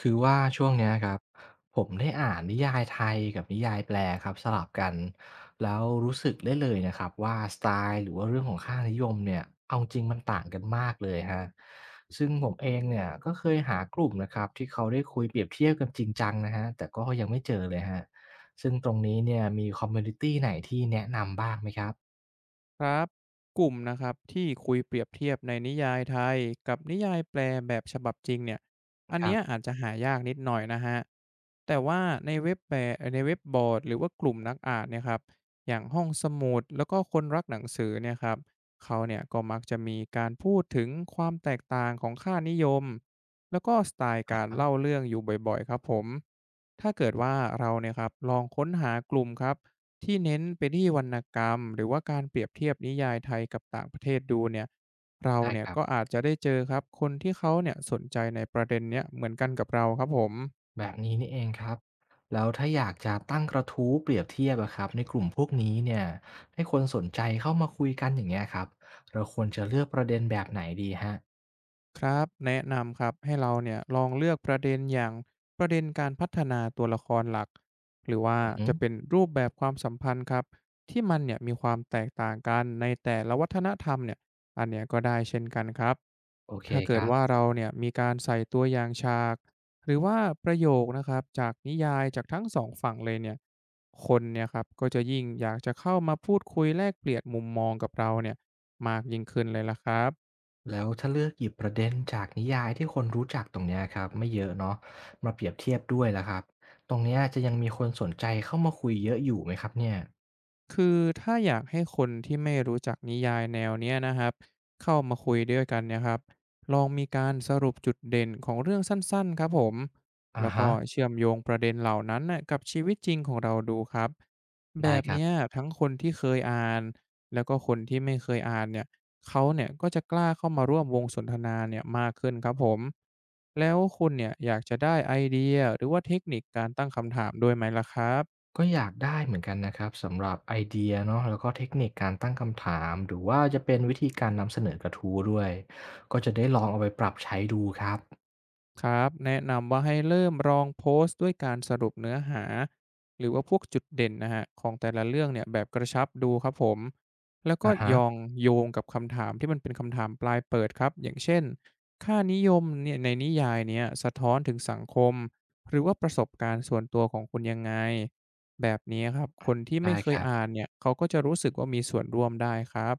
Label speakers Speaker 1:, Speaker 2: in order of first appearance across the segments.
Speaker 1: คือว่าช่วงเนี้ยครับผมได้อ่านนิยายไทยกับนิยายแปลครับสลับกันแล้วรู้สึกได้เลยนะครับว่าสไตล์หรือว่าเรื่องของค่านิยมเนี่ยเอาจริงมันต่างกันมากเลยฮะซึ่งผมเองเนี่ยก็เคยหากลุ่มนะครับที่เขาได้คุยเปรียบเทียบกันจริงจังนะฮะแต่ก็ยังไม่เจอเลยฮะซึ่งตรงนี้เนี่ยมีคอมมูนิตี้ไหนที่แนะนำบ้างไหมครับ
Speaker 2: ครับกลุ่มนะครับที่คุยเปรียบเทียบในนิยายไทยกับนิยายแปลแบบฉบับจริงเนี่ยอัน
Speaker 1: ค
Speaker 2: เนี้
Speaker 1: รั
Speaker 2: ย
Speaker 1: บ
Speaker 2: อาจจะหายากนิดหน่อยนะฮะแต่ว่าในเว็บแปลในเว็บบอร์ดหรือว่ากลุ่มนักอ่านเนี่ยครับอย่างห้องสมุดแล้วก็คนรักหนังสือเนี่ยครับเขาเนี่ยก็มักจะมีการพูดถึงความแตกต่างของค่านิยมแล้วก็สไตล์การเล่าเรื่องอยู่บ่อยๆครับผมถ้าเกิดว่าเราเนี่ยครับลองค้นหากลุ่มครับ ที่เน้นไปที่วรรณกรรมหรือว่าการเปรียบเทียบนิยายไทยกับต่างประเทศดูเนี่ยเรา
Speaker 1: ได้
Speaker 2: เนี่ย
Speaker 1: ครับ
Speaker 2: ก็อาจจะได้เจอครับคนที่เขาเนี่ยสนใจในประเด็นเนี้ยเหมือนกันกับเราครับผม
Speaker 1: แบบนี้นี่เองครับแล้วถ้าอยากจะตั้งกระทู้เปรียบเทียบอะครับในกลุ่มพวกนี้เนี่ยให้คนสนใจเข้ามาคุยกันอย่างเงี้ยครับเราควรจะเลือกประเด็นแบบไหนดีฮะ
Speaker 2: ครับแนะนำครับให้เราเนี่ยลองเลือกประเด็นอย่างประเด็นการพัฒนาตัวละครหลักหรือว่า
Speaker 1: อือฮึ
Speaker 2: จะเป็นรูปแบบความสัมพันธ์ครับที่มันเนี่ยมีความแตกต่างกันในแต่ละวัฒนธรรมเนี่ยอันเนี้ยก็ได้เช่นกันครับ
Speaker 1: โอเค
Speaker 2: ถ้าเกิ
Speaker 1: ค
Speaker 2: ด
Speaker 1: รับ
Speaker 2: ว่าเราเนี่ยมีการใส่ตัวอย่างฉากหรือว่าประโยคนะครับจากนิยายจากทั้งสองฝั่งเลยเนี่ยคนเนี่ยครับก็จะยิ่งอยากจะเข้ามาพูดคุยแลกเปลี่ยนมุมมองกับเราเนี่ยมากยิ่งขึ้นเลยละครับ
Speaker 1: แล้วถ้าเลือกหยิบประเด็นจากนิยายที่คนรู้จักตรงเนี้ยครับไม่เยอะเนาะมาเปรียบเทียบด้วยและครับตรงเนี้ยจะยังมีคนสนใจเข้ามาคุยเยอะอยู่ไหมครับเนี่ย
Speaker 2: คือถ้าอยากให้คนที่ไม่รู้จักนิยายแนวเนี้ยนะครับเข้ามาคุยด้วยกันเนี่ยครับลองมีการสรุปจุดเด่นของเรื่องสั้นๆครับผม
Speaker 1: อา
Speaker 2: แล้วก็
Speaker 1: ฮะ
Speaker 2: เชื่อมโยงประเด็นเหล่านั้นน่ะกับชีวิตจริงของเราดูครับแบ
Speaker 1: ได้
Speaker 2: บ
Speaker 1: ครับ
Speaker 2: เนี้ยทั้งคนที่เคยอ่านแล้วก็คนที่ไม่เคยอ่านเนี่ยเขาเนี่ยก็จะกล้าเข้ามาร่วมวงสนทนาเนี่ยมากขึ้นครับผมแล้วคุณเนี่ยอยากจะได้ไอเดียหรือว่าเทคนิคการตั้งคำถามด้วยไหมล่ะครับ
Speaker 1: ก็อยากได้เหมือนกันนะครับสำหรับไอเดียเนาะแล้วก็เทคนิคการตั้งคำถามหรือว่าจะเป็นวิธีการนำเสนอกระทู้ด้วยก็จะได้ลองเอาไปปรับใช้ดูครับ
Speaker 2: ครับแนะนำว่าให้เริ่มลองโพสต์ด้วยการสรุปเนื้อหาหรือว่าพวกจุดเด่นนะฮะของแต่ละเรื่องเนี่ยแบบกระชับดูครับผมแล้วก็
Speaker 1: อะฮะ
Speaker 2: ยองโยงกับคำถามที่มันเป็นคำถามปลายเปิดครับอย่างเช่นค่านิยมเนี่ยในนิยายเนี่ยสะท้อนถึงสังคมหรือว่าประสบการณ์ส่วนตัวของคุณยังไงแบบนี้ครับคนที่ไม่
Speaker 1: ได้
Speaker 2: เค
Speaker 1: ค
Speaker 2: ย
Speaker 1: รับ
Speaker 2: อ่านเนี่ยเขาก็จะรู้สึกว่ามีส่วนร่วมได้ครับ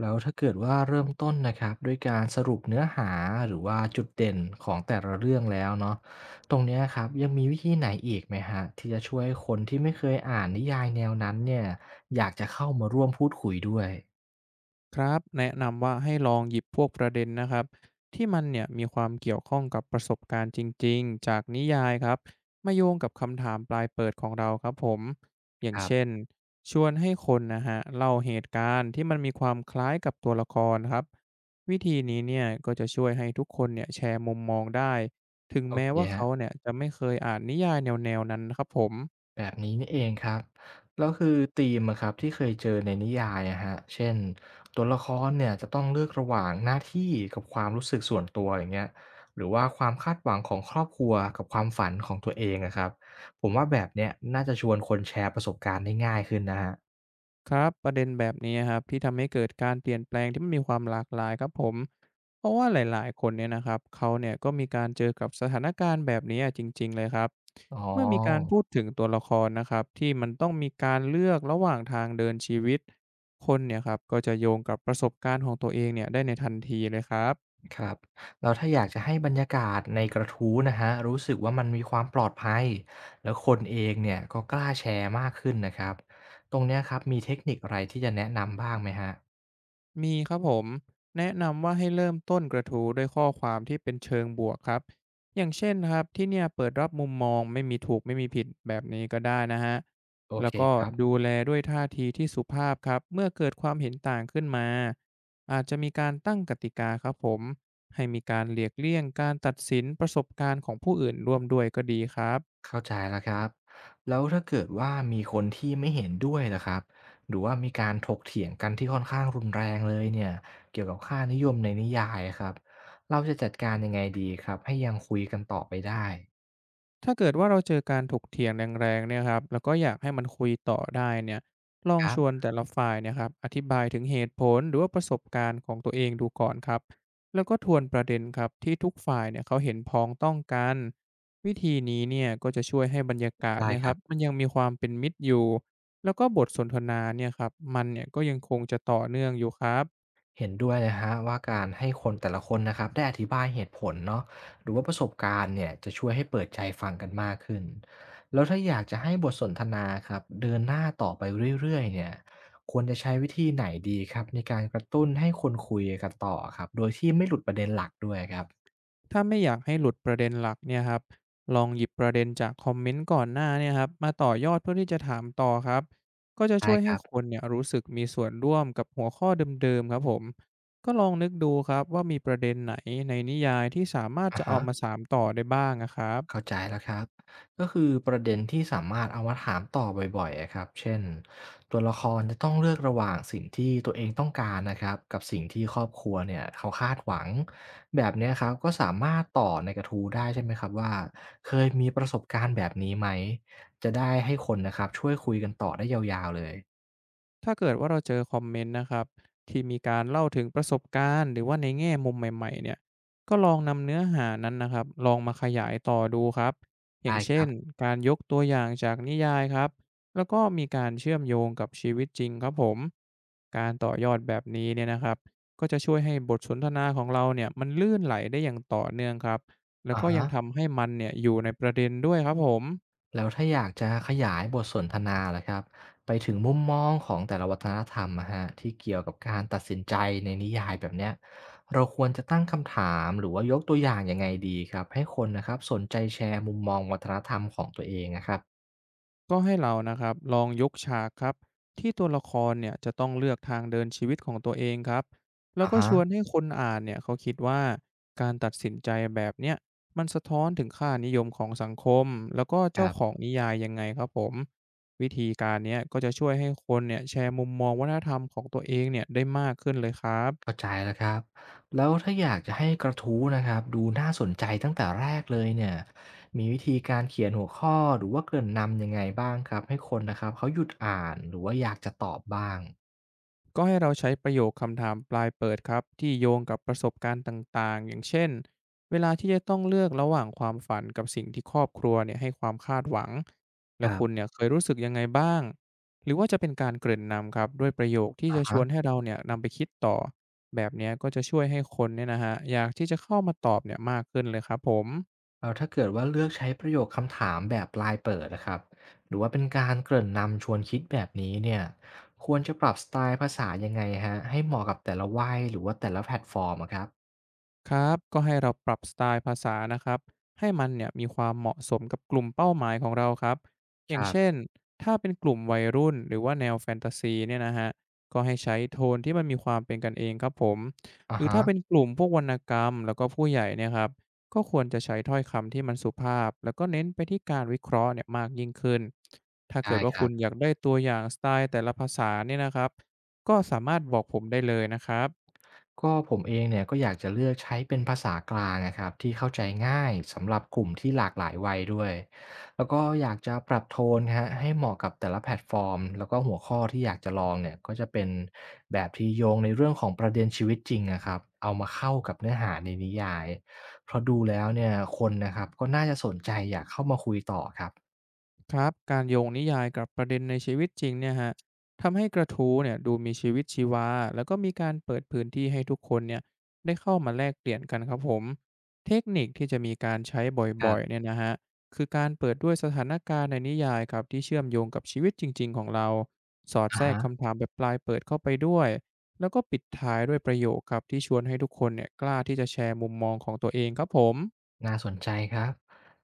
Speaker 1: แล้วถ้าเกิดว่าเริ่มต้นนะครับด้วยการสรุปเนื้อหาหรือว่าจุดเด่นของแต่ละเรื่องแล้วเนาะตรงเนี้ยครับยังมีวิธีไหนอีกไหมฮะที่จะช่วยคนที่ไม่เคยอ่านนิยายแนวนั้นเนี่ยอยากจะเข้ามาร่วมพูดคุยด้วย
Speaker 2: ครับแนะนำว่าให้ลองหยิบพวกประเด็นนะครับที่มันเนี่ยมีความเกี่ยวข้องกับประสบการณ์จริงๆจากนิยายครับมาโยงกับคำถามปลายเปิดของเราครับผมอย่า
Speaker 1: ค
Speaker 2: ง
Speaker 1: รับ
Speaker 2: เช่นชวนให้คนนะฮะเล่าเหตุการณ์ที่มันมีความคล้ายกับตัวละครครับวิธีนี้เนี่ยก็จะช่วยให้ทุกคนเนี่ยแชร์มุมมองได้ถึง
Speaker 1: โอ
Speaker 2: แม้
Speaker 1: เค
Speaker 2: ว่า
Speaker 1: ฮะ
Speaker 2: เขาเนี่ยจะไม่เคยอ่านนิยายแนวๆนั้นนะครับผม
Speaker 1: แบบนี้นี่เองครับแล้วคือธีมอะครับที่เคยเจอในนิยายอะฮะเช่นตัวละครเนี่ยจะต้องเลือกระหว่างหน้าที่กับความรู้สึกส่วนตัวอย่างเงี้ยหรือว่าความคาดหวังของครอบครัวกับความฝันของตัวเองอะครับผมว่าแบบเนี้ยน่าจะชวนคนแชร์ประสบการณ์ได้ง่ายขึ้นนะฮะ
Speaker 2: ครับประเด็นแบบนี้ครับที่ทำให้เกิดการเปลี่ยนแปลงที่มันมีความหลากหลายครับผมเพราะว่าหลายๆคนเนี่ยนะครับเขาเนี่ยก็มีการเจอกับสถานการณ์แบบนี้จริงๆเลยครับ
Speaker 1: อ๋อ
Speaker 2: เมื่อมีการพูดถึงตัวละครนะครับที่มันต้องมีการเลือกระหว่างทางเดินชีวิตคนเนี่ยครับก็จะโยงกับประสบการณ์ของตัวเองเนี่ยได้ในทันทีเลยครับ
Speaker 1: ครับแล้วถ้าอยากจะให้บรรยากาศในกระทู้นะฮะรู้สึกว่ามันมีความปลอดภัยแล้วคนเองเนี่ยก็กล้าแชร์มากขึ้นนะครับตรงเนี้ยครับมีเทคนิคอะไรที่จะแนะนำบ้างไหมฮะ
Speaker 2: มีครับผมแนะนำว่าให้เริ่มต้นกระทู้ด้วยข้อความที่เป็นเชิงบวกครับอย่างเช่นนะครับที่เนี่ยเปิดรับมุมมองไม่มีถูกไม่มีผิดแบบนี้ก็ได้นะฮะ
Speaker 1: โอ
Speaker 2: แล้
Speaker 1: เค
Speaker 2: วก็
Speaker 1: ครับ
Speaker 2: ดูแลด้วยท่าทีที่สุภาพครับเมื่อเกิดความเห็นต่างขึ้นมาอาจจะมีการตั้งกติกาครับผมให้มีการเลียกเลี่ยงการตัดสินประสบการณ์ของผู้อื่นร่วมด้วยก็ดีครับ
Speaker 1: เข้าใจแล้วครับแล้วถ้าเกิดว่ามีคนที่ไม่เห็นด้วยล่ะครับหรือว่ามีการถกเถียงกันที่ค่อนข้างรุนแรงเลยเนี่ยเกี่ยวกับค่านิยมในนิยายครับเราจะจัดการยังไงดีครับให้ยังคุยกันต่อไปได้
Speaker 2: ถ้าเกิดว่าเราเจอการถกเถียงแรงๆเนี่ยครับแล้วก็อยากให้มันคุยต่อได้เนี่ยลอง
Speaker 1: ครั
Speaker 2: ช
Speaker 1: บ
Speaker 2: วนแต่ละฝ่ายเนี่ยครับอธิบายถึงเหตุผลหรือว่าประสบการณ์ของตัวเองดูก่อนครับแล้วก็ทวนประเด็นครับที่ทุกฝ่ายเนี่ยเขาเห็นพ้องต้องกันวิธีนี้เนี่ยก็จะช่วยให้บรรยากาศ
Speaker 1: ได้
Speaker 2: เนี่ย
Speaker 1: ค
Speaker 2: ค
Speaker 1: รั
Speaker 2: รับ
Speaker 1: บ
Speaker 2: มันยังมีความเป็นมิตรอยู่แล้วก็บทสนทนาเนี่ยครับมันเนี่ยก็ยังคงจะต่อเนื่องอยู่ครับ
Speaker 1: เห็นด้วยนะฮะว่าการให้คนแต่ละคนนะครับได้อธิบายเหตุผลเนาะหรือว่าประสบการณ์เนี่ยจะช่วยให้เปิดใจฟังกันมากขึ้นแล้วถ้าอยากจะให้บทสนทนาครับเดินหน้าต่อไปเรื่อยๆเนี่ยควรจะใช้วิธีไหนดีครับในการกระตุ้นให้คนคุยกันต่อครับโดยที่ไม่หลุดประเด็นหลักด้วยครับ
Speaker 2: ถ้าไม่อยากให้หลุดประเด็นหลักเนี่ยครับลองหยิบประเด็นจากคอมเมนต์ก่อนหน้าเนี่ยครับมาต่อยอดเพื่อที่จะถามต่อครับก็จะ
Speaker 1: ได้
Speaker 2: ช่วย
Speaker 1: ค
Speaker 2: ให้
Speaker 1: รับ
Speaker 2: คนเนี่ยรู้สึกมีส่วนร่วมกับหัวข้อเดิมๆครับผมก็ลองนึกดูครับว่ามีประเด็นไหนในนิยายที่สามารถ
Speaker 1: อะ
Speaker 2: จะเอา
Speaker 1: ฮะ
Speaker 2: มาสามต่อได้บ้างนะครับ
Speaker 1: เข้าใจแล้วครับก็คือประเด็นที่สามารถเอามาถามต่อบ่อยๆอะครับเช่นตัวละครจะต้องเลือกระหว่างสิ่งที่ตัวเองต้องการนะครับกับสิ่งที่ครอบครัวเนี่ยเขาคาดหวังแบบเนี้ยครับก็สามารถต่อในกระทู้ได้ใช่ไหมครับว่าเคยมีประสบการณ์แบบนี้ไหมจะได้ให้คนนะครับช่วยคุยกันต่อได้ยาวๆเลย
Speaker 2: ถ้าเกิดว่าเราเจอคอมเมนต์นะครับที่มีการเล่าถึงประสบการณ์หรือว่าในแง่มุมใหม่ๆเนี่ยก็ลองนำเนื้อหานั้นนะครับลองมาขยายต่อดูครับอย่า
Speaker 1: ได้
Speaker 2: ง
Speaker 1: ค
Speaker 2: เช่
Speaker 1: รั
Speaker 2: น
Speaker 1: บ
Speaker 2: การยกตัวอย่างจากนิยายครับแล้วก็มีการเชื่อมโยงกับชีวิตจริงครับผมการต่อยอดแบบนี้เนี่ยนะครับก็จะช่วยให้บทสนทนาของเราเนี่ยมันลื่นไหลได้อย่างต่อเนื่องครับแล้ว
Speaker 1: อา
Speaker 2: ก็ยั
Speaker 1: ฮะ
Speaker 2: งทำให้มันเนี่ยอยู่ในประเด็นด้วยครับผม
Speaker 1: แล้วถ้าอยากจะขยายบทสนทนาล่ะครับไปถึงมุมมองของแต่ละวัฒนธรรมอะฮะที่เกี่ยวกับการตัดสินใจในนิยายแบบเนี้ยเราควรจะตั้งคำถามหรือว่ายกตัวอย่างยังไงดีครับให้คนนะครับสนใจแชร์มุมมองวัฒนธรรมของตัวเองนะครับ
Speaker 2: ก็ให้เรานะครับลองยกฉากครับที่ตัวละครเนี่ยจะต้องเลือกทางเดินชีวิตของตัวเองครับแล้ว
Speaker 1: อ่า
Speaker 2: ก็
Speaker 1: ฮะ
Speaker 2: ชวนให้คนอ่านเนี่ยเขาคิดว่าการตัดสินใจแบบเนี้ยมันสะท้อนถึงค่านิยมของสังคมแล้วก็
Speaker 1: ค
Speaker 2: เจ้า
Speaker 1: รั
Speaker 2: ของ
Speaker 1: บ
Speaker 2: นิยายยังไงครับผมวิธีการเนี้ยก็จะช่วยให้คนเนี่ยแชร์มุมมองวัฒนธรรมของตัวเองเนี่ยได้มากขึ้นเลยครับ
Speaker 1: เข้าใจแล้วครับแล้วถ้าอยากจะให้กระทู้นะครับดูน่าสนใจตั้งแต่แรกเลยเนี่ยมีวิธีการเขียนหัวข้อหรือว่าเกริ่นนำยังไงบ้างครับให้คนนะครับเขาหยุดอ่านหรือว่าอยากจะตอบบ้าง
Speaker 2: ก็ให้เราใช้ประโยคคำถามปลายเปิดครับที่โยงกับประสบการณ์ต่างๆอย่างเช่นเวลาที่จะต้องเลือกระหว่างความฝันกับสิ่งที่ครอบครัวเนี่ยให้ความคาดหวังแล้
Speaker 1: ค
Speaker 2: ว
Speaker 1: รับ
Speaker 2: คุณเนี่ยเคยรู้สึกยังไงบ้างหรือว่าจะเป็นการเกริ่นนำครับด้วยประโยคที่
Speaker 1: อะ
Speaker 2: จะช
Speaker 1: ฮะ
Speaker 2: วนให้เราเนี่ยนำไปคิดต่อแบบเนี้ยก็จะช่วยให้คนเนี่ยนะฮะอยากที่จะเข้ามาตอบเนี่ยมากขึ้นเลยครับผม
Speaker 1: แล้วถ้าเกิดว่าเลือกใช้ประโยคคำถามแบบปลายเปิดนะครับหรือว่าเป็นการเกริ่นนำชวนคิดแบบนี้เนี่ยควรจะปรับสไตล์ภาษายังไงฮะให้เหมาะกับแต่ละวัยหรือว่าแต่ละแพลตฟอร์มอะครับ
Speaker 2: ครับก็ให้เราปรับสไตล์ภาษานะครับให้มันเนี่ยมีความเหมาะสมกับกลุ่มเป้าหมายของเราครับอ
Speaker 1: ค
Speaker 2: ย่าง
Speaker 1: รับ
Speaker 2: เช่นถ้าเป็นกลุ่มวัยรุ่นหรือว่าแนวแฟนตาซีเนี่ยนะฮะก็ให้ใช้โทนที่มันมีความเป็นกันเองครับผมห
Speaker 1: อะ
Speaker 2: รือ
Speaker 1: ฮะ
Speaker 2: ถ้าเป็นกลุ่มพวกวรรณกรรมแล้วก็ผู้ใหญ่เนี่ยครับก็ควรจะใช้ถ้อยคำที่มันสุภาพแล้วก็เน้นไปที่การวิเคราะห์เนี่ยมากยิ่งขึ้นถ้าเกิ
Speaker 1: ได้
Speaker 2: ดว่า
Speaker 1: ค
Speaker 2: คุ
Speaker 1: รั
Speaker 2: ณ
Speaker 1: บ
Speaker 2: อยากได้ตัวอย่างสไตล์แต่ละภาษาเนี่ยนะครับก็สามารถบอกผมได้เลยนะครับ
Speaker 1: ก็ผมเองเนี่ยก็อยากจะเลือกใช้เป็นภาษากลางนะครับที่เข้าใจง่ายสำหรับกลุ่มที่หลากหลายวัยด้วยแล้วก็อยากจะปรับโทนฮะให้เหมาะกับแต่ละแพลตฟอร์มแล้วก็หัวข้อที่อยากจะลองเนี่ยก็จะเป็นแบบที่โยงในเรื่องของประเด็นชีวิตจริงนะครับเอามาเข้ากับเนื้อหาในนิยายเพราะดูแล้วเนี่ยคนนะครับก็น่าจะสนใจอยากเข้ามาคุยต่อครับ
Speaker 2: ครับการโยงนิยายกับประเด็นในชีวิตจริงเนี่ยฮะทำให้กระทู้เนี่ยดูมีชีวิตชีวาแล้วก็มีการเปิดพื้นที่ให้ทุกคนเนี่ยได้เข้ามาแลกเปลี่ยนกันครับผมเทคนิคที่จะมีการใช้
Speaker 1: ค
Speaker 2: บ่
Speaker 1: รั
Speaker 2: อยๆ
Speaker 1: บ
Speaker 2: เนี่ยนะฮะคือการเปิดด้วยสถานการณ์ในนิยายครับที่เชื่อมโยงกับชีวิตจริงๆของเราสอดแท
Speaker 1: อ่า
Speaker 2: รก
Speaker 1: ฮะ
Speaker 2: คำถามแบบปลายเปิดเข้าไปด้วยแล้วก็ปิดท้ายด้วยประโยคครับที่ชวนให้ทุกคนเนี่ยกล้าที่จะแชร์มุมมองของตัวเองครับผม
Speaker 1: น่าสนใจครับ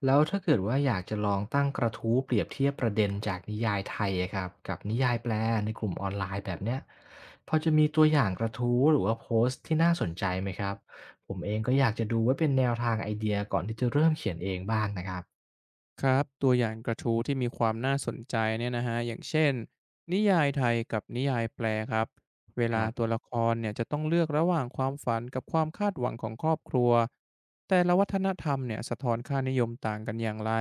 Speaker 1: แล้วถ้าเกิดว่าอยากจะลองตั้งกระทู้เปรียบเทียบประเด็นจากนิยายไทยอะครับกับนิยายแปลในกลุ่มออนไลน์แบบเนี้ยพอจะมีตัวอย่างกระทู้หรือว่าโพสต์ที่น่าสนใจไหมครับผมเองก็อยากจะดูไว้เป็นแนวทางไอเดียก่อนที่จะเริ่มเขียนเองบ้างนะครับ
Speaker 2: ครับตัวอย่างกระทู้ที่มีความน่าสนใจเนี่ยนะฮะอย่างเช่นนิยายไทยกับนิยายแปลครับเว
Speaker 1: ค
Speaker 2: ลา
Speaker 1: รั
Speaker 2: ตัว
Speaker 1: บ
Speaker 2: ละครเนี่ยจะต้องเลือกระหว่างความฝันกับความคาดหวังของครอบครัวแต่ละวัฒนธรรมเนี่ยสะท้อนค่านิยมต่างกันอย่างไร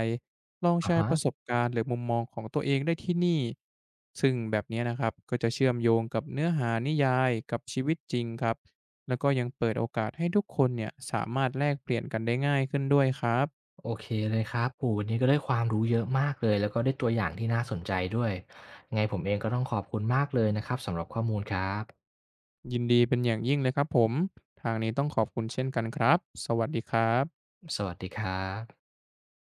Speaker 2: ลองแช
Speaker 1: อ่า
Speaker 2: ร์
Speaker 1: ฮะ
Speaker 2: ประสบการณ์หรือมุมมองของตัวเองได้ที่นี่ซึ่งแบบเนี้ยนะครับก็จะเชื่อมโยงกับเนื้อหานิยายกับชีวิตจริงครับแล้วก็ยังเปิดโอกาสให้ทุกคนเนี่ยสามารถแลกเปลี่ยนกันได้ง่ายขึ้นด้วยครับ
Speaker 1: โอเคเลยครับโหวันนี้ก็ได้ความรู้เยอะมากเลยแล้วก็ได้ตัวอย่างที่น่าสนใจด้วยไงผมเองก็ต้องขอบคุณมากเลยนะครับสำหรับข้อมูลครับ
Speaker 2: ยินดีเป็นอย่างยิ่งเลยครับผม ทางนี้ต้องขอบคุณเช่นกันครับ สวัสดีครับ
Speaker 1: สวัสดีครับ